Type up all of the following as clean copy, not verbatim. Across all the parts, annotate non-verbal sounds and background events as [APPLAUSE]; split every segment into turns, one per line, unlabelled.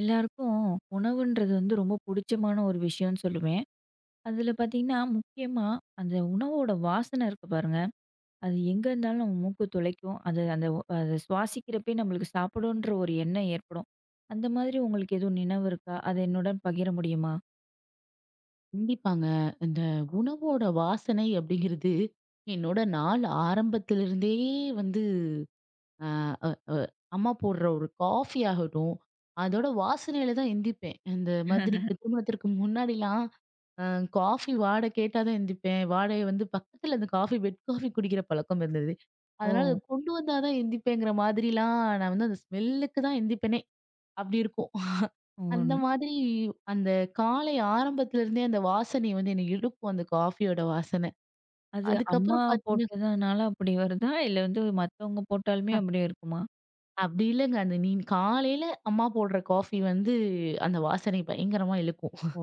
எல்லாருக்கும் உணவுன்றது வந்து ரொம்ப புடிச்சமான ஒரு விஷயம்னு சொல்லுவேன். அதுல பார்த்தீங்கன்னா, முக்கியமா அந்த உணவோட வாசனை இருக்கு பாருங்க. அது எங்க இருந்தாலும் நம்ம மூக்கு துளைக்கும். அது அந்த அத சுவாசிக்கிறப்பயே நம்மளுக்கு சாப்பிடணுன்ற ஒரு எண்ணம் ஏற்படும். அந்த மாதிரி உங்களுக்கு எதுவும் நினைவு இருக்கா? அத என்னுடன் பகிர முடியுமா?
கண்டிப்பாங்க. இந்த உணவோட வாசனை அப்படிங்கிறது, என்னோட நாள் ஆரம்பத்திலிருந்தே வந்து அ அ அ அம்மா போடுற ஒரு காஃபி ஆகட்டும், அதோட வாசனையில தான் எந்திரிப்பேன். இந்த மாதிரி திருமணத்திற்கு முன்னாடிலாம் அ காஃபி வாடை கேட்டா தான் எந்திரிப்பேன். வாடைய வந்து பக்கத்தில அந்த காஃபி பெட் காஃபி குடிக்கிற பழக்கம் இருந்தது.
ஓ!
அதனால அது கொண்டு வந்தா தான் எந்திரிப்பேங்கிற மாதிரிலாம் நான் வந்து அந்த ஸ்மெல்லுக்கு தான் எந்திரிப்பேனே! அப்படி இருக்கும். அந்த
ம்.
மாதிரி அந்த காலை ஆரம்பத்துல இருந்தே அந்த வாசனை வந்து என்ன இழுக்கும் அந்த காஃபியோட வாசனை.
அது அம்மா
அதுக்கப்புறம் பார்த்தீங்க
போட்டதுனால அப்படி வருதா? இல்ல வந்து மத்தவங்க போட்டாலுமே அப்படியே இருக்குமா?
அப்படி இல்லங்க. அந்த நீ காலையில அம்மா போடுற காஃபி வந்து அந்த வாசனை பயங்கரமா இழுக்கும்.
ஓ!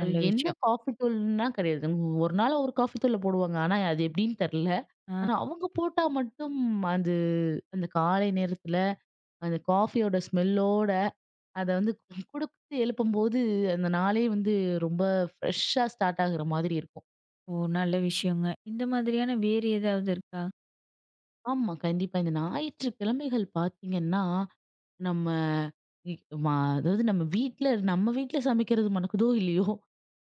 அது
நல்ல
என்ன
விஷயம்.
காஃபி தூள்ன்னா கிடையாது. ஒரு நாள் ஒரு காஃபி தூள்ல போடுவாங்க. ஆனா அது எப்படின்னு தெரியல.
ஆ.
ஆனா அவங்க போட்டா மட்டும் அது அந்த காலை நேரத்துல அந்த காஃபியோட ஸ்மெல்லோட அத வந்து குடுத்து எழுப்பும்போது அந்த நாளே வந்து ரொம்ப ஃப்ரெஷ்ஷா ஸ்டார்ட் ஆகுற மாதிரி இருக்கும்.
ஓ! நல்ல விஷயங்க. இந்த மாதிரியான வேறு ஏதாவது இருக்கா?
ஆமா. கண்டிப்பா. இந்த ஞாயிற்றுக்கிழமைகள் பார்த்தீங்கன்னா, நம்ம இ மா அதாவது நம்ம வீட்ல நம்ம வீட்ல சமைக்கிறது மணக்குதோ! இல்லையோ!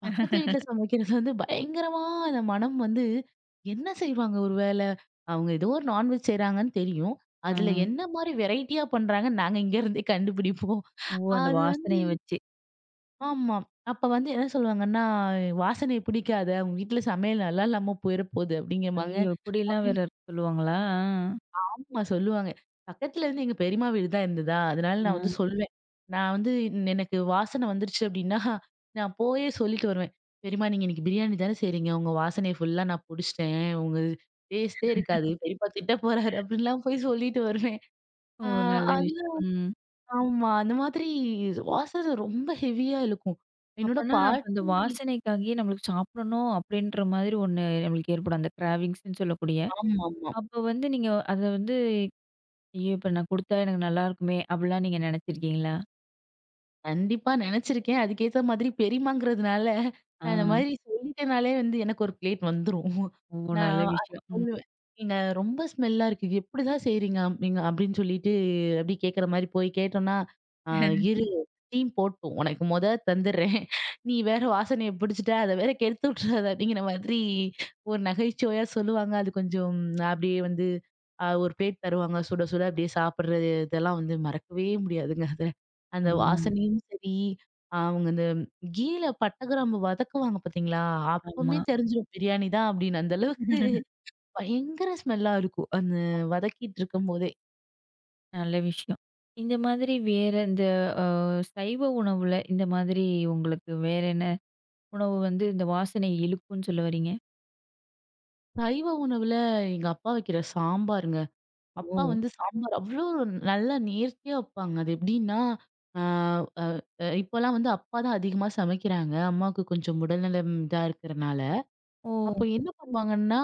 பக்கத்து வீட்ல சமைக்கிறது வந்து பயங்கரமா அந்த மனம் வந்து என்ன செய்வாங்க ஒரு வேளை? அவங்க ஏதோ ஒரு நான்வெஜ் செய்றாங்கன்னு தெரியும்.
ஆ.
அதுல என்ன மாரி வெரைட்டியா பண்றாங்கன்னு நாங்க இங்க இருந்தே கண்டுபிடிப்போம்.
ஓ! அந்த
அது வந்து
வாசனைய வச்சு.
ஆமா. அப்ப வந்து என்ன சொல்லுவாங்கன்னா, "வாசனைய பிடிக்காத, உங்க வீட்ல சமையல் நல்லா இல்லாம போயிற போது" அப்படிங்கிறமாங்க.
ஐயயோ! இப்படிலாம் வேற இருக்கு சொல்லுவாங்களா?
ஆமா சொல்லுவாங்க. பக்கத்துல இருந்து எங்க பெரியம்மா வீடு தான் இருந்ததா, அதனால
ஆ.
நான் வந்து சொல்வேன். நான் வந்து எனக்கு வாசனை வந்துருச்சு அப்டின்னா, நான் போயே சொல்லிட்டு வருவேன். பெரியம்மா நீங்க இன்னைக்கு பிரியாணி தானே செய்றீங்க. உங்க வாசனைய ஃபுல்லா நான் புடிச்சுட்டேன். உங்க டேஸ்ட்டே இருக்காது. பெரியப்பா திட்ட போறாரு அப்டின்லாம் போய் சொல்லிட்டு வருவேன்.
ஓ!
ஆ
நல்ல
அது
விஷயம். ம்.
ஆமா. அந்த மாதிரி வாசனை ரொம்ப ஹெவியா இழுக்கும். என்னோட
அப்பன்னா அப்ப அந்த
பாட்டி
வாசனைக்காகயே நம்மளுக்கு சாப்பிடணும் அப்படின்ற மாதிரி ஒண்ணு நம்மளுக்கு ஏற்படும். அந்த கிராவிங்ஸ்ன்னு சொல்லக்கூடிய.
ஆமாமா.
அப்ப வந்து நீங்க அத வந்து, ஐயோ! இப்ப நான் குடுத்தா எனக்கு நல்லா இருக்குமே அப்படிலாம் நீங்க நெனச்சிருக்கீங்களா?
கண்டிப்பா நெனச்சிருக்கேன். அதுக்கேத்த மாதிரி பெரியம்மாங்கிறதுனால,
ஆ.
நான் இந்த மாதிரி சொல்லிட்டேனாலே வந்து எனக்கு ஒரு பிளேட் வந்துரும்.
ஓ!
நான்
நல்ல
அதான்
விஷயம். ம்.
சொல்லுவேன். "நீங்க ரொம்ப ஸ்மெல்லா இருக்கு. இது எப்படிதான் செய்றீங்க?" நீங்க அப்படின்னு சொல்லிட்டு அப்படியே கேட்கற மாரி போய் கேட்டோம்னா, "ஆ இரு ஸ்டீம் போட்டும். உனக்கு மொத தந்துடுறேன். நீ வேற வாசனைய பிடிச்சுட்ட, அத வேற கெடுத்து விட்டுறாத" அப்படிங்கிற மாதிரி ஒரு நகைச்சுவையா சொல்லுவாங்க. அது கொஞ்சம் அப்படியே வந்து ஒரு பிளேட் தருவாங்க. சுட சுட அப்படியே சாப்பிடுறது இதெல்லாம் வந்து மறக்கவே முடியாதுங்க. அதெல்லாம். அந்த
ஆ.
வாசனையும் சரி, அவங்க அந்த கீல பட்டை கிராம்பு வதக்குவாங்க பார்த்தீங்களா?
ஆமா.
அப்பமே தெரிஞ்சிரும் பிரியாணி தான் அப்படின்னு. அந்த அளவுக்கு பயங்கர ஸ்மெல்லா இருக்கும். அந்த வதக்கிட்டு இருக்கும்போதே.
நல்ல விஷயம். இந்த மாதிரி வேற இந்த அ சைவ உணவுல இந்த மாதிரி உங்களுக்கு வேற என்ன உணவு வந்து இந்த வாசனை இழுக்கும்ன்னு சொல்ல வர்றீங்க?
சைவ உணவுல எங்க அப்பா வைக்கிற சாம்பாருங்க.
ஓ!
அப்பா வந்து சாம்பார் அவ்வளோ நல்லா நேர்த்தியா வைப்பாங்க. அது எப்படின்னா, ஆ அ இப்போலாம் வந்து அப்பா தான் அதிகமா சமைக்கிறாங்க. அம்மாவுக்கு கொஞ்சம் உடல்நலம் இதா இருக்கிறனால.
ஓ!
அப்போ என்ன பண்ணுவாங்கன்னா,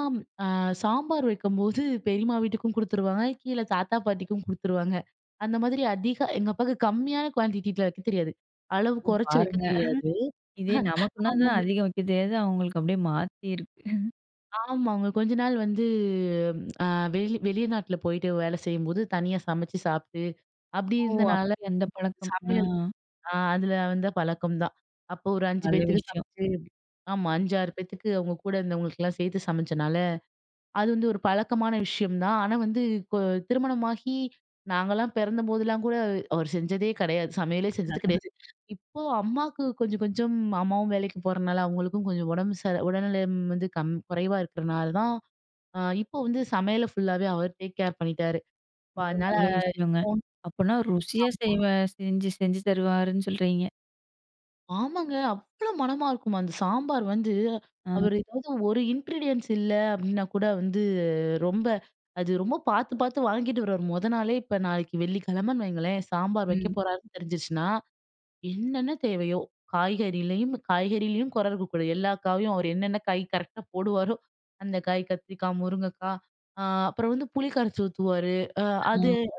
அ சாம்பார் வைக்கும்போது பெரியம்மா வீட்டுக்கும் குடுத்துருவாங்க. கீழ தாத்தா, பாட்டிக்கும் குடுத்துருவாங்க. அந்த மாதிரி அதிக எங்க அப்பாக்கு கம்மியான குவான்டிட்டில வைக்க தெரியாது. அளவு
ஓ!
குறைச்சு வைக்க
பாருங்க.
தெரியாது.
இதே நமக்குன்னா தான்
ஆமாங்க.
அதிகம் வைக்க தெரியாது. அவங்களுக்கு அப்படியே மாத்தி இருக்கு.
ஆமாங்க. கொஞ்ச நாள் வந்து அ வெளிநாட்ல போயிட்டு வேலை செய்யும்போது தனியா சமைச்சு சாப்ட்டு, அப்டி
ஓ!
இருந்தனால
அப்படி அந்த பழக்கம். ஆ
சமையல் அதுல வந்த பழக்கம் தான். அப்போ ஒரு 5
நல்ல
பேத்துக்கு
விஷயம்.
சமைச்சு ஆமா 5, 6 பேத்துக்கு அவங்க கூட இருந்தவங்களுக்கெல்லாம் சேர்த்து சமைச்சனால அது வந்து ஒரு பழக்கமான விஷயம் தான். ஆனா வந்து கொ திருமணமாகி நாங்கலாம் பிறந்தபோதெல்லாம் கூட அவர் செஞ்சதே கிடையாது. சமையலே செஞ்சது கிடையாது. இப்போ அம்மாக்கு கொஞ்சம் கொஞ்சம் அம்மாவும் வேலைக்கு போறனால அவங்களுக்கும் கொஞ்சம் உடம்பு சரி உடல்நலம் வந்து குறைவா இருக்கிறனால தான், இப்போ வந்து சமையல ஃபுல்லாவே அவர் டேக் கேர் பண்ணிட்டாரு.
ஓ!
இப்ப அதனால
நல்ல விஷயங்க. அப்பன்னா ருசியா செய்வ செஞ்சு செஞ்சு தருவாருன்னு சொல்றீங்க.
ஆமாங்க. அவ்ளோ மணமா இருக்குமா அந்த சாம்பார் வந்து,
ஆ,
அவரு ஏதாவது ஒரு இன்கிரீடியன்ட்ஸ் இல்ல அப்டின்னா கூட வந்து ரொம்ப அது ரொம்ப பாத்து பாத்து வாங்கிட்டு வருவாரு. மொத நாளே இப்ப நாளைக்கு வெள்ளிக்கிழமைன்னு வைங்களேன், சாம்பார் வைக்க
ம்.
போறாருன்னு தெரிஞ்சிருச்சுன்னா, என்னென்ன தேவையோ காய்கறிலயும் காய்கறிலயும் கொற இருக்கக்கூடாது. எல்லா காயும் அவர் என்னென்ன காய் கரெக்ட்டா போடுவாரோ, அந்த காய் கத்திரிக்காய், முருங்கைக்காய், அ அப்புறம் வந்து புளி கரைச்சு ஊத்துவாரு. அ அது
ஆ.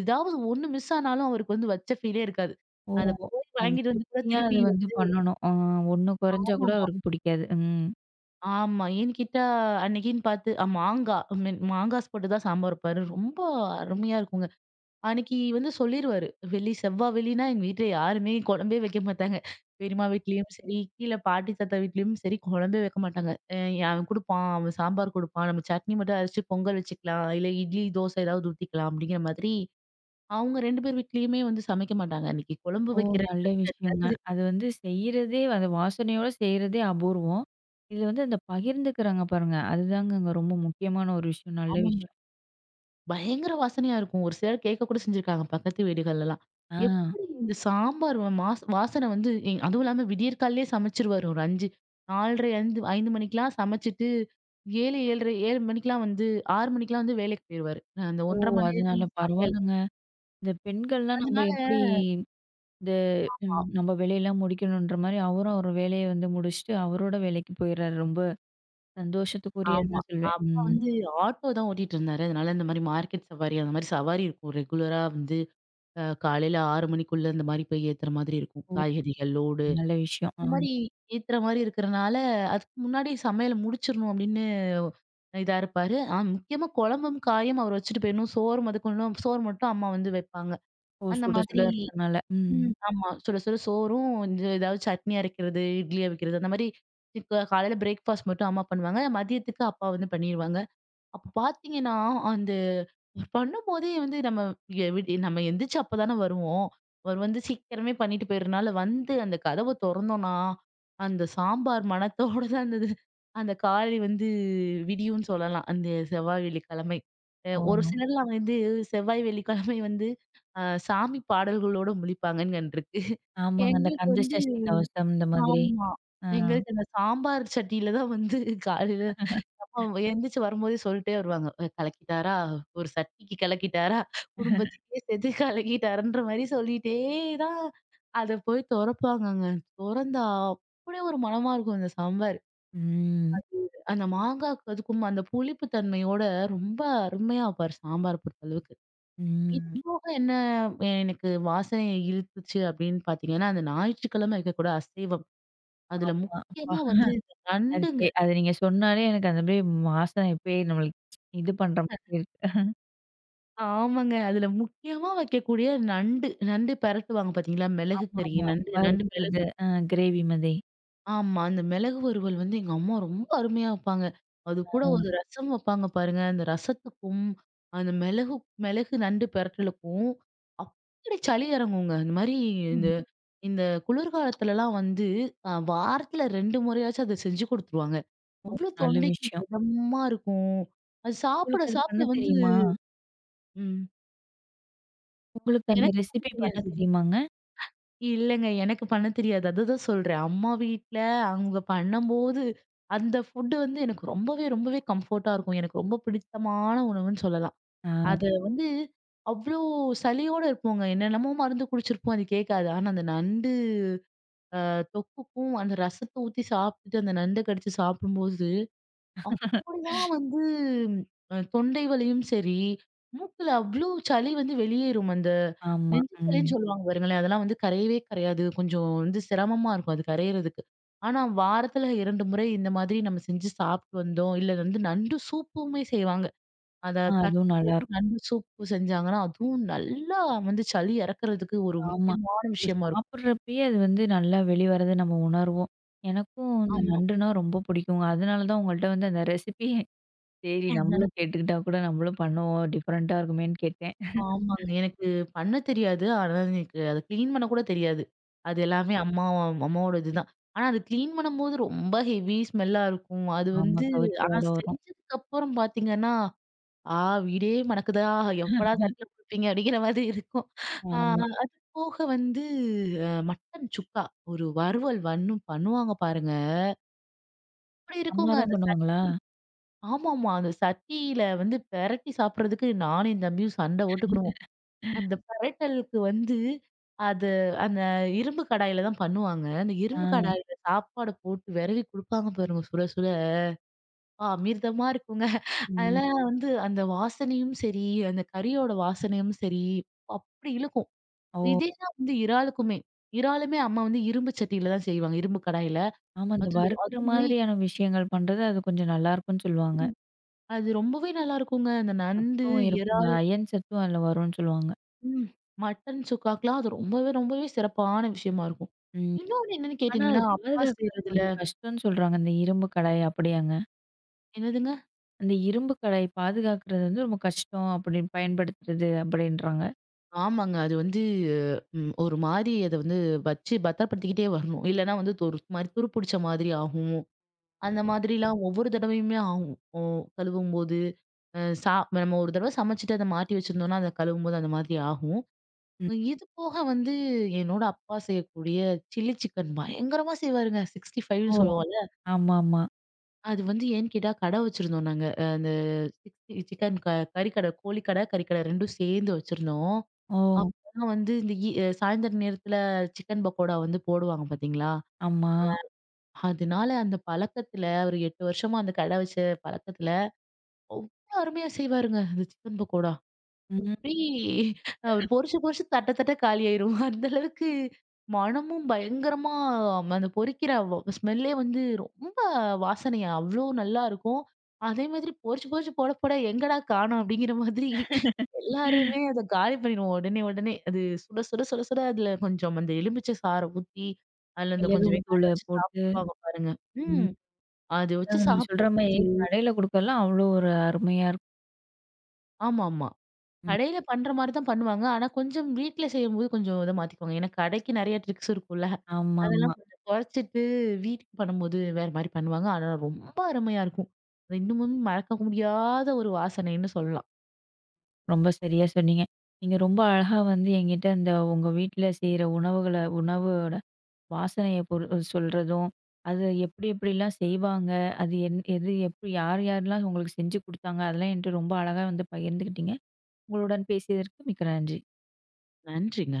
ஏதாவது ஒண்ணு மிஸ் ஆனாலும் அவருக்கு வந்து வச்ச ஃபீலே இருக்காது.
ஓ!
அத போய்
அது
வாங்கிட்டு வந்து கூட
திருப்தியா
திருப்பி
அது வந்து பண்ணணும். ஆ ஒண்ணு குறைஞ்சா கூட
வைக்காம
அவருக்கு பிடிக்காது. ம்.
ஆமா. ஏன்னு கேட்டா, அன்னைக்குன்னு பார்த்து அ மாங்கா ஐ மீன் மாங்காஸ் போட்டு தான் சாம்பார் வைப்பாரு. ரொம்ப அருமையா இருக்குங்க. அன்னைக்கு வந்து சொல்லிருவாரு. வெள்ளி, செவ்வா, வெள்ளினா எங்க வீட்ல யாருமே குழம்பே வைக்க மாட்டாங்க. பெரியம்மா வீட்லயும் சரி, கீழ பாட்டி தாத்தா வீட்லயும் சரி குழம்பே வைக்க மாட்டாங்க. அவன் குடுப்பான், அவன் சாம்பார் குடுப்பான். நம்ம சட்னி மட்டும் அரைச்சு பொங்கல் வச்சுக்கலாம். இல்ல இட்லி, தோசை ஏதாவது ஊத்திக்கலாம் அப்படிங்கிற மாதிரி, அவங்க 2 பேர் வீட்லயுமே வந்து சமைக்க மாட்டாங்க. அன்னைக்கு குழம்பு
ஓ!
வைக்கிற
நல்ல
பிரச்சனை
விஷயங்க.
இருக்காது.
அது வந்து செய்றதே அந்த வாசனையோட செய்றதே அபூர்வம். இது வந்து அந்த பகிர்ந்துக்கிறாங்க பாருங்க. அதுதாங்கங்க ரொம்ப முக்கியமான ஒரு விஷயம். நல்ல
ஆமாங்க.
விஷயம்.
பயங்கர வாசனையா இருக்கும். ஒரு சிலர் கேட்க கூட செஞ்சிருக்காங்க பக்கத்து வீடுகள்லலாம்.
ஆ.
எப்படி இந்த சாம்பார் மாஸ் வாசனை வந்து அதுவும் இல்லாம விடியற்காலையே சமைச்சுருவாரு. ஒரு 5 4:30 ஐந்து 5 மணிக்கெல்லாம் சமைச்சுட்டு 7 7:30 7 மணிக்கெல்லாம் வந்து 6 மணிக்கெல்லாம் வந்து வேலைக்கு போயிருவாரு. அந்த
ஓ!
1½ மணி நேரம்
அதனால
சமையல்.
பரவால்லங்க. இந்த பெண்கள்லாம் நம்ம
அதனால
எப்படி இந்த ம்
ஆ
நம்ம வேலையெல்லாம் முடிக்கணுன்ற மாரி அவரும் அவரு வேலைய வந்து முடிச்சுட்டு, அவரோட வேலைக்கு போயிறாரு. ரொம்ப சந்தோஷத்துக்குரியது
ஆமா.
தான் சொல்வேன்.
அப்பா
ம்.
வந்து ஆட்டோ தான் ஓட்டிட்டு இருந்தாரு. அதனால இந்த மாரி மார்க்கெட் சவாரி அந்த மாரி சவாரி இருக்கும். ரெகுலரா வந்து காலையில 6 மணிக்குள்ள இந்த மாரி போய் ஏத்துற மாதிரி இருக்கும்.
ஓ!
காய்கறிகள் லோடு.
நல்ல விஷயம். ஆ.
அந்த மாரி ஏத்துற மாரி இருக்கிறனால, அதுக்கு முன்னாடி சமையல முடிச்சிரணும் அப்படின்னு இதா இருப்பாரு. முக்கியமா குழம்பும், காயும் அவர் வச்சுட்டு போயிடணும். சோறு முதற்கொண்டும் சோறு மட்டும் அம்மா வந்து வைப்பாங்க.
ஓ!
அந்த
சுட சுட
மாதிரி
இருக்கனால. ம்.
ம். ஆமா. சுட சுட சோறும், இது ஏதாவது சட்னி அரைக்கிறது, இட்லி அவிக்கிறது அந்த மாரி காலையில பிரேக்ஃபாஸ்ட் மட்டும் அம்மா பண்ணுவாங்க. மதியத்துக்கு அப்பா வந்து பண்ணிருவாங்க. அப்ப பாத்தீங்கன்னா, அந்த பண்ணும்போதே வந்து நம்ம எ விடி நம்ம எந்திரிச்சு அப்பதானே வருவோம். அவர் வந்து சீக்கிரமே பண்ணிட்டு போயிறனால வந்து அந்த கதவ தொறந்தோம்னா, அந்த சாம்பார் மணத்தோட தான் இருந்தது. அந்த காலை வந்து விடியும்னு சொல்லலாம். அந்த செவ்வாய், வெள்ளிக்கிழமை.
ஓ!
ஒரு சிலர்லாம் வந்து செவ்வாய், வெள்ளிக்கிழமை வந்து அ சாமி பாடல்களோட முழிப்பாங்கன்னு கண்டிருக்கு.
ஆமாங்க. அந்த
எங்களுக்கு
கந்த
வந்து
சஷ்டி கவசம் இந்த மாதிரி.
ஆமா.
ஆ.
எங்களுக்கு அந்த சாம்பார் சட்டியில தான் வந்து காலையில ஆமா. எந்திரிச்சு வரும்போதே சொல்ட்டே வருவாங்க. "அ கலக்கிட்டாரா? ஒரு சட்டிக்கு கலக்கிட்டாரா? குடும்பத்துக்கே சேர்த்து கலக்கிட்டாருன்ற" மாரி சொல்லிட்டே தான் அத போய் தொறப்பாங்கங்க. தொறந்தா அப்படியே ஒரு மணமா இருக்கும் அந்த சாம்பார்.
ம்.
அந்த மாங்காய்க்கு அதுக்கும் அந்த புளிப்பு தன்மையோட ரொம்ப அருமையா வைப்பாரு சாம்பார் பொறுத்தளவுக்கு. இது
ம்.
போக என்ன எனக்கு வாசனை இழுத்துச்சு அப்படின்னு பார்த்தீங்கன்னா, அந்த ஞாயிற்றுக்கிழமை இருக்கக்கூட அசைவம். அதுல
ஆமா.
முக்கியமா
அப்பா!
வந்து இந்த
அது
நண்டுங்க.
கே அத நீங்க சொன்னாலே எனக்கு அந்த அப்படியே வாசனை இப்பயே நம்மளுக்கு இது பண்ற மாதிரி இருக்கு.
ஆமாங்க. அதுல முக்கியமா வைக்கக்கூடிய நண்டு. நண்டு பெரட்டுவாங்க பாத்தீங்களா? மிளகு கறி,
ஆமாமா.
நண்டு நண்டு
வறுக்குறது.
மிளகு.
ஆ கிரேவி மாதிரி.
ஆமா. அந்த மிளகு வறுவல் வந்து எங்க அம்மா ரொம்ப அருமையா வப்பாங்க. அது கூட
ஆ.
ஒரு ரசம் வப்பாங்க பாருங்க. அந்த ரசத்துக்கும், அந்த மிளகு மிளகு நண்டு பெரட்டலுக்கும் அப்படி சளி இறங்குங்க. இந்த மாரி
ம்.
இந்த இந்த குளிர்காலத்துலலாம் வந்து வாரத்துல 2 முறையாச்சும் அத செஞ்சு குடுத்துருவாங்க.
ஓ!
அவ்ளோ
நல்ல
தொண்டைக்கு
விஷயம்.
இதமா இருக்கும். அது சாப்பிட
உங்களுக்கு அது பண்ண
சாப்பிட வந்து
தெரியுமா?
ம்.
உங்களுக்கு அந்த
எனக்கு பண்ண
ரெசிபி பண்ண
தெரியாது.
தெரியுமாங்க?
இல்லங்க. எனக்கு பண்ண தெரியாது. அதுதான் சொல்றேன். அம்மா வீட்ல அவங்க பண்ணம்போது, அந்த ஃபுட் வந்து எனக்கு ரொம்பவே, ரொம்பவே கம்ஃபோர்ட்டா இருக்கும். எனக்கு ரொம்ப பிடித்தமான உணவுன்னு சொல்லலாம்.
ஆ,
அத வந்து அவ்ளோ சலியோட இருப்போங்க. என்னென்னமோ மருந்து குடிச்சிருப்போம். அது கேட்காது. ஆனா அந்த நண்டு தொக்குக்கும், அந்த ரசத்த ஊத்தி சாப்பிட்டுட்டு அந்த நண்ட கடிச்சு சாப்பிடும்போது அப்படிதான் வந்து தொண்டை வலியும் சரி, மூக்குல அவ்ளோ சளி வந்து வெளியேறும். அந்த
ஆமா.
நெஞ்சு
ம்.
சளின்னு சொல்லுவாங்க பாருங்களேன், அதெல்லாம் வந்து கரையவே கரையாது. கொஞ்சம் வந்து சிரமமா இருக்கும் அது கரையறதுக்கு. ஆனா வாரத்துல 2 முறை இந்த மாதிரி நம்ம செஞ்சு சாப்பிட்டு வந்தோம். இல்ல வந்து நண்டு சூப்புமே செய்வாங்க. அத
ஆ அதுவும்
தட்டி போட்டு
நல்லாயிருக்கும்.
நண்டு சூப்பு செஞ்சாங்கன்னா, அதுவும் நல்லா வந்து சளி இறக்குறதுக்கு ஒரு
ஆமா.
முக்கியமான
நம்ம
விஷயமா இருக்கும்.
சாப்பிடுறப்பயே அது வந்து நல்லா வெளிவரத நம்ம உணர்வோம். எனக்கும் இந்த
ஆமா.
நண்டுனா ரொம்ப பிடிக்குங்க. அதனால தான் உங்கள்ட்ட வந்து அந்த ரெசிபி சரி நம்மளும் கேட்டுக்கிட்டா கூட நம்மளும் பண்ணுவோம். டிஃபரெண்ட்டா இருக்குமேன்னு கேட்டேன்.
ஆமாங்க. எனக்கு பண்ண தெரியாது. ஆனா எனக்கு அத கிளீன் பண்ண கூட தெரியாது. அது எல்லாமே அம்மா அம்மாவோட இதுதான். ஆனா அது கிளீன் பண்ணும்போது ரொம்ப ஹெவி ஸ்மெல்லா இருக்கும். அது
ஆமா.
வந்து
கவிச்ச
ஆனா
வாட வரும்.
செஞ்சதுக்கு அப்புறம் பார்த்தீங்கன்னா, "ஆ வீடே மணக்குதா! எப்படா தட்டுல குடுப்பீங்க?" அப்படிங்கிற மாதிரி இருக்கும். ஆ
ஆமா.
அது போக வந்து மட்டன் சுக்கா, ஒரு வறுவல் வன்னும் பண்ணுவாங்க பாருங்க. அப்படி
அம்மா
இருக்குங்க
தான்
அந்த
பண்ணுவாங்களா?
ஆமாமா. அந்த சட்டியில வந்து பெரட்டி சாப்பிடுறதுக்கு நானும் என் தம்பியும் சண்டை போட்டுக்கிடுவோம். அந்த பெரட்டலுக்கு வந்து, அது அந்த இரும்பு கடாயில தான் பண்ணுவாங்க. அந்த இரும்பு
ஆ.
கடாயில சாப்பாடு போட்டு வெரவி குடுப்பாங்க பாருங்க சுட சுட. அப்பா அமிர்தமா இருக்குங்க.
ம்.
அதெல்லாம் வந்து அந்த வாசனையும் சரி, அந்த கறியோட வாசனையும் சரி, அப்படி இழுக்கும்.
ஓ!
இதே தான் வந்து இறாலுக்குமே. இறாலுமே அம்மா வந்து இரும்பு சட்டியில தான் செய்வாங்க. இரும்பு கடாயில.
ஆமா. இந்த
அது
வறுக்கிற
அதுவுமே
மாதிரியான விஷயங்கள் பண்றது அது கொஞ்சம் நல்லாயிருக்குன்னு சொல்லுவாங்க.
ம். அது ரொம்பவே நல்லாருக்குங்க. அந்த நண்டு,
சத்தும் இருக்குங்க. அயன் சத்தும் அதில வரும்ன்னு சொல்லுவாங்க.
ம். மட்டன் சுக்காக்குலாம் அது ரொம்பவே, ரொம்பவே சிறப்பான விஷயமா இருக்கும்.
ம்.
இன்னொன்னு என்னன்னு
ஆனா அது
கேட்டீங்கன்னா, அப்பா
பாதுகாக்கிறது
செய்றதுல
கொஞ்சம் கஷ்டம்ன்னு சொல்றாங்க. அந்த இரும்பு கடாய் அப்படியாங்க?
என்னதுங்க?
அந்த இரும்பு கடாய் பாதுகாக்கிறது வந்து ரொம்ப கஷ்டம் அப்படின்னு பயன்படுத்துறது அப்படின்றாங்க.
ஆமாங்க. அது வந்து ஒரு மாரி அத வந்து வச்சு பத்திரப்படுத்திக்கிட்டே வரணும். இல்லன்னா வந்து ஒரு மாரி துரு புடிச்ச மாதிரி ஆகும். அந்த மாதிரிலாம் ஒவ்வொரு தடவையுமே ஆகும். ஓ கழுவும்போது, அ சா நம்ம ஒரு தடவ சமைச்சுட்டு அத மாட்டி வச்சிருந்தோம்னா, அத கழுவும்போது அந்த மாதிரி ஆகும்.
ம்.
இது போக வந்து என்னோட அப்பா செய்யக்கூடிய சில்லி சிக்கன் பயங்கரமா செய்வாருங்க.
ஓ!
65ன்னு சொல்லுவோம்.
ஆமாமா.
அது வந்து ஏன்னு கேட்டா, கடை வச்சிருந்தோம் நாங்க. அந்த சிக்கன் கறிக்கடை, கோழிக்கடை, கறிக்கடை 2 சேர்ந்து வச்சிருந்தோம்.
ஓ!
அப்பலாம் வந்து இந்த சாயந்தர நேரத்தில சிக்கன் பக்கோடா வந்து போடுவாங்க பார்த்தீங்களா?
ஆமா.
அதனால அந்த பழக்கத்தில ஒரு 8 வருஷமா அந்த கடை வச்ச பழக்கத்தில, அவ்ளோ அருமையா செய்வாருங்க அந்த சிக்கன் பக்கோடா.
ம்.
அப்படி அவர் பொரிச்சு பொரிச்சு தட்ட தட்ட காலியாயிரும். [LAUGHS] அந்த அளவுக்கு மணமும் பயங்கரமா அந்த பொரிக்கிற ஸ்மெல்லே வந்து ரொம்ப வாசனையா அவ்ளோ நல்லா இருக்கும். அதே மாதிரி பொரிச்சு பொரிச்சு போட போட எங்கடா காணோம் அப்படிங்கிற மாதிரி எல்லாருமே அத காலி பண்ணிடுவோம் உடனே உடனே. அது சுட சுட சுட சுட அதுல கொஞ்சம் அந்த எலுமிச்சை சாறை ஊத்தி, அதுல அந்த
மிளகு
கொஞ்சம்
தூள
வெங்காயம் வச்சு
போட்டு
சாப்பிடுவாங்க பாருங்க.
ம்.
ம். அது வச்சு
அதாங்க நீங்க சொல்ற மாரி
சாப்பிடும்போது
கடையில குடுக்கறலாம் அவ்வளோ ஒரு அருமையா இருக்கும்.
ஆமாமா.
ம்.
கடையில பண்ற மாரி தான் பண்ணுவாங்க. ஆனா கொஞ்சம் வீட்ல செய்யும்போது கொஞ்சம் இத மாத்திக்குவாங்க. ஏன்னா கடைக்கு நெறைய ட்ரிக்ஸ் இருக்கும்ல.
ஆமாமா.
அதெல்லாம் கொஞ்சம் குறைச்சிட்டு வீட்டுக்கு பண்ணும்போது வேற மாரி பண்ணுவாங்க. ஆனா ரொம்ப அருமையா இருக்கும். அது இன்னமும் மறக்க முடியாத ஒரு வாசனைன்னு சொல்லலாம்.
ரொம்ப சரியா சொன்னீங்க. நீங்க ரொம்ப அழகா வந்து என்கிட்ட அந்த உங்க வீட்ல செய்ற உணவுகள உணவோட வாசனைய பொரு சொல்றதும், அது எப்படி எப்படிலாம் செய்வாங்க? அது என் எது எப்படி யார் யார்லாம் உங்களுக்கு செஞ்சு குடுத்தாங்க? அதெல்லாம் என்கிட்ட ரொம்ப அழகா வந்து பகிர்ந்துக்கிட்டீங்க. உங்களுடன் பேசியதற்கு மிக்க நன்றி.
நன்றிங்க.